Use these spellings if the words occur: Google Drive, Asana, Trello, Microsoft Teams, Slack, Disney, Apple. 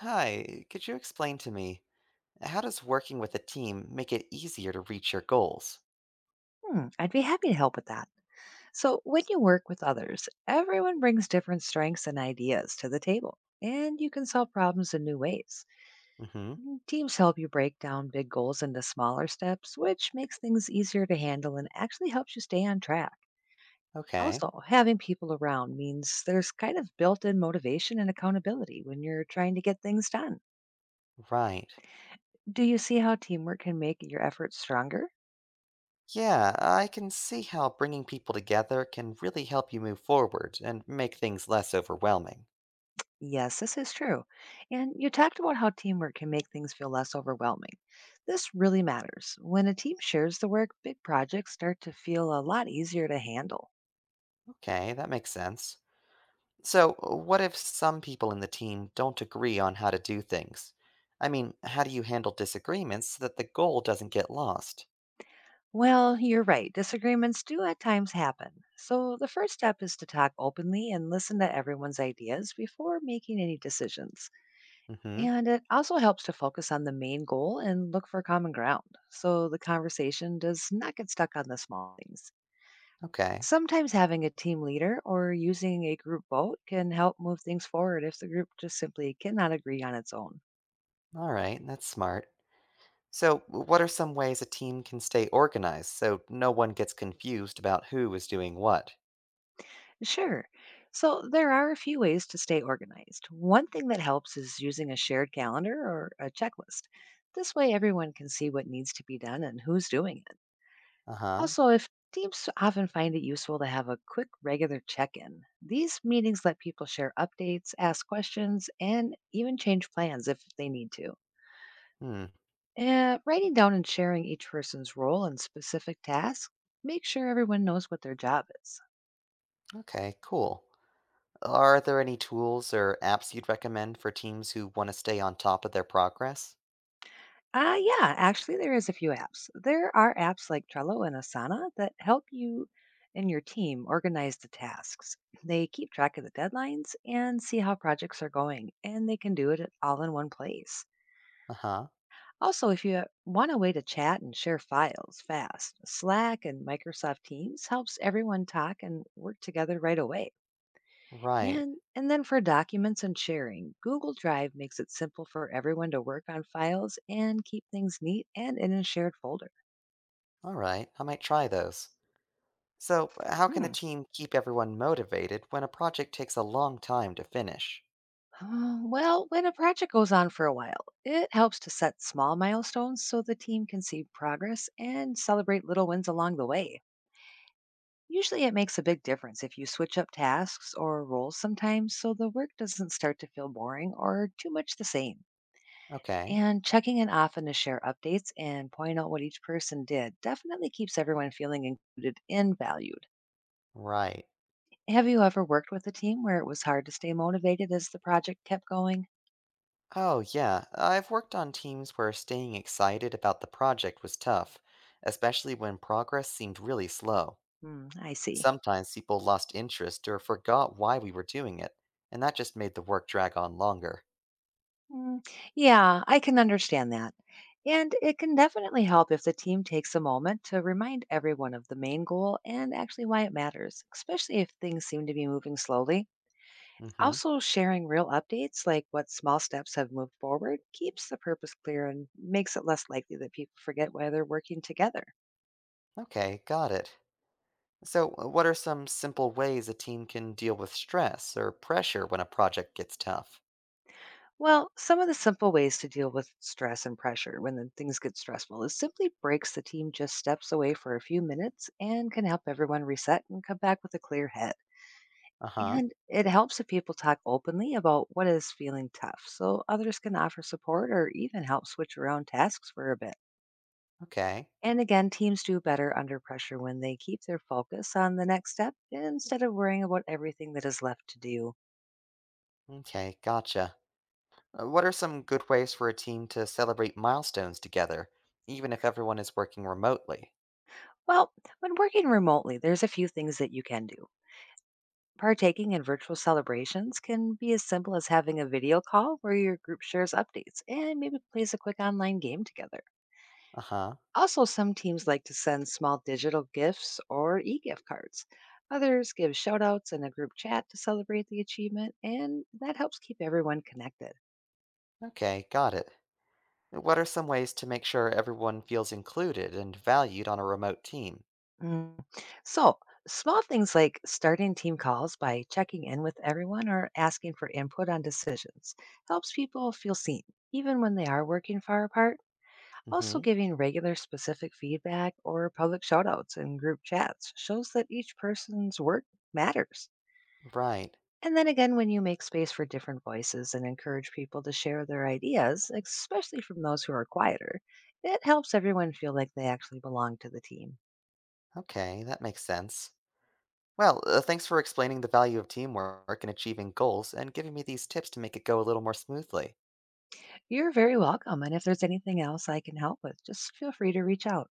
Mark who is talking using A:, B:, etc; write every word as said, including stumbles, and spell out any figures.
A: Hi, could you explain to me how does working with a team make it easier to reach your goals?
B: Hmm, I'd be happy to help with that. So, when you work with others, everyone brings different strengths and ideas to the table, and you can solve problems in new ways.
A: Mhm.
B: Teams help you break down big goals into smaller steps, which makes things easier to handle and actually helps you stay on track.
A: Okay.
B: Also, having people around means there's kind of built in motivation and accountability when you're trying to get things done.
A: Right.
B: Do you see how teamwork can make your efforts stronger?
A: Yeah, I can see how bringing people together can really help you move forward and make things less overwhelming.
B: Yes, this is true. And you talked about how teamwork can make things feel less overwhelming. This really matters. When a team shares the work, big projects start to feel a lot easier to handle.
A: Okay, that makes sense. So, uh, what if some people in the team don't agree on how to do things? I mean, how do you handle disagreements so that the goal doesn't get lost?
B: Well, you're right. Disagreements do at times happen. So the first step is to talk openly and listen to everyone's ideas before making any decisions.
A: Mhm.
B: And it also helps to focus on the main goal and look for common ground. So the conversation does not get stuck on the small things.
A: Okay.
B: Sometimes having a team leader or using a group vote can help move things forward if the group just simply cannot agree on its own.
A: All right, that's smart. So, what are some ways a team can stay organized so no one gets confused about who is doing what?
B: Sure. So there are a few ways to stay organized. One thing that helps is using a shared calendar or a checklist. This way, everyone can see what needs to be done and who's doing it.
A: Uh huh.
B: Also, if teams often find it useful to have a quick regular check in, these meetings let people share updates, ask questions, and even change plans if they need to.
A: Hmm.
B: Uh, writing down and sharing each person's role and specific tasks make sure everyone knows what their job is.
A: Okay, cool. Are there any tools or apps you'd recommend for teams who want to stay on top of their progress?
B: Uh, yeah, actually, there is a few apps. There are apps like Trello and Asana that help you and your team organize the tasks. They keep track of the deadlines and see how projects are going, and they can do it all in one place.
A: Uh huh.
B: Also, if you want a way to chat and share files fast, Slack and Microsoft Teams helps everyone talk and work together right away.
A: Right.
B: And, and then for documents and sharing, Google Drive makes it simple for everyone to work on files and keep things neat and in a shared folder.
A: All right, I might try those. So, how can a
B: Hmm,
A: team keep everyone motivated when a project takes a long time to finish?
B: Uh, well, when a project goes on for a while, it helps to set small milestones so the team can see progress and celebrate little wins along the way. Usually, it makes a big difference if you switch up tasks or roles sometimes so the work doesn't start to feel boring or too much the same.
A: Okay.
B: And checking in often to share updates and point out what each person did definitely keeps everyone feeling included and valued.
A: Right.
B: Have you ever worked with a team where it was hard to stay motivated as the project kept going?
A: Oh, yeah, I've worked on teams where staying excited about the project was tough, especially when progress seemed really slow.
B: Hmm, I see.
A: Sometimes people lost interest or forgot why we were doing it, and that just made the work drag on longer.
B: Mm, yeah, I can understand that. And it can definitely help if the team takes a moment to remind everyone of the main goal and actually why it matters, especially if things seem to be moving slowly.
A: Hmm.
B: Also, sharing real updates, like what small steps have moved forward, keeps the purpose clear and makes it less likely that people forget why they're working together.
A: Okay, got it. So, uh, what are some simple ways a team can deal with stress or pressure when a project gets tough?
B: Well, some of the simple ways to deal with stress and pressure when the things get stressful is simply breaks the team just steps away for a few minutes and can help everyone reset and come back with a clear head.
A: Uh huh.
B: And it helps if people talk openly about what is feeling tough so others can offer support or even help switch around tasks for a bit.
A: Okay.
B: And again, teams do better under pressure when they keep their focus on the next step instead of worrying about everything that is left to do.
A: Okay, gotcha. Uh, What are some good ways for a team to celebrate milestones together, even if everyone is working remotely?
B: Well, when working remotely, there's a few things that you can do. Partaking in virtual celebrations can be as simple as having a video call where your group shares updates and maybe plays a quick online game together.
A: Uh huh.
B: Also, some teams like to send small digital gifts or e gift cards. Others give shout outs in a group chat to celebrate the achievement, and that helps keep everyone connected.
A: Okay, got it. What are some ways to make sure everyone feels included and valued on a remote team?
B: Mm. So, small things like starting team calls by checking in with everyone or asking for input on decisions helps people feel seen, even when they are working far apart.
A: Mm
B: Also,
A: hmm.
B: giving regular specific feedback or public shoutouts in group chats shows that each person's work matters.
A: Right.
B: And then again, when you make space for different voices and encourage people to share their ideas, especially from those who are quieter, it helps everyone feel like they actually belong to the team.
A: Okay, that makes sense. Well, uh, thanks for explaining the value of teamwork and achieving goals and giving me these tips to make it go a little more smoothly.
B: You're very welcome. And if there's anything else I can help with, just feel free to reach out.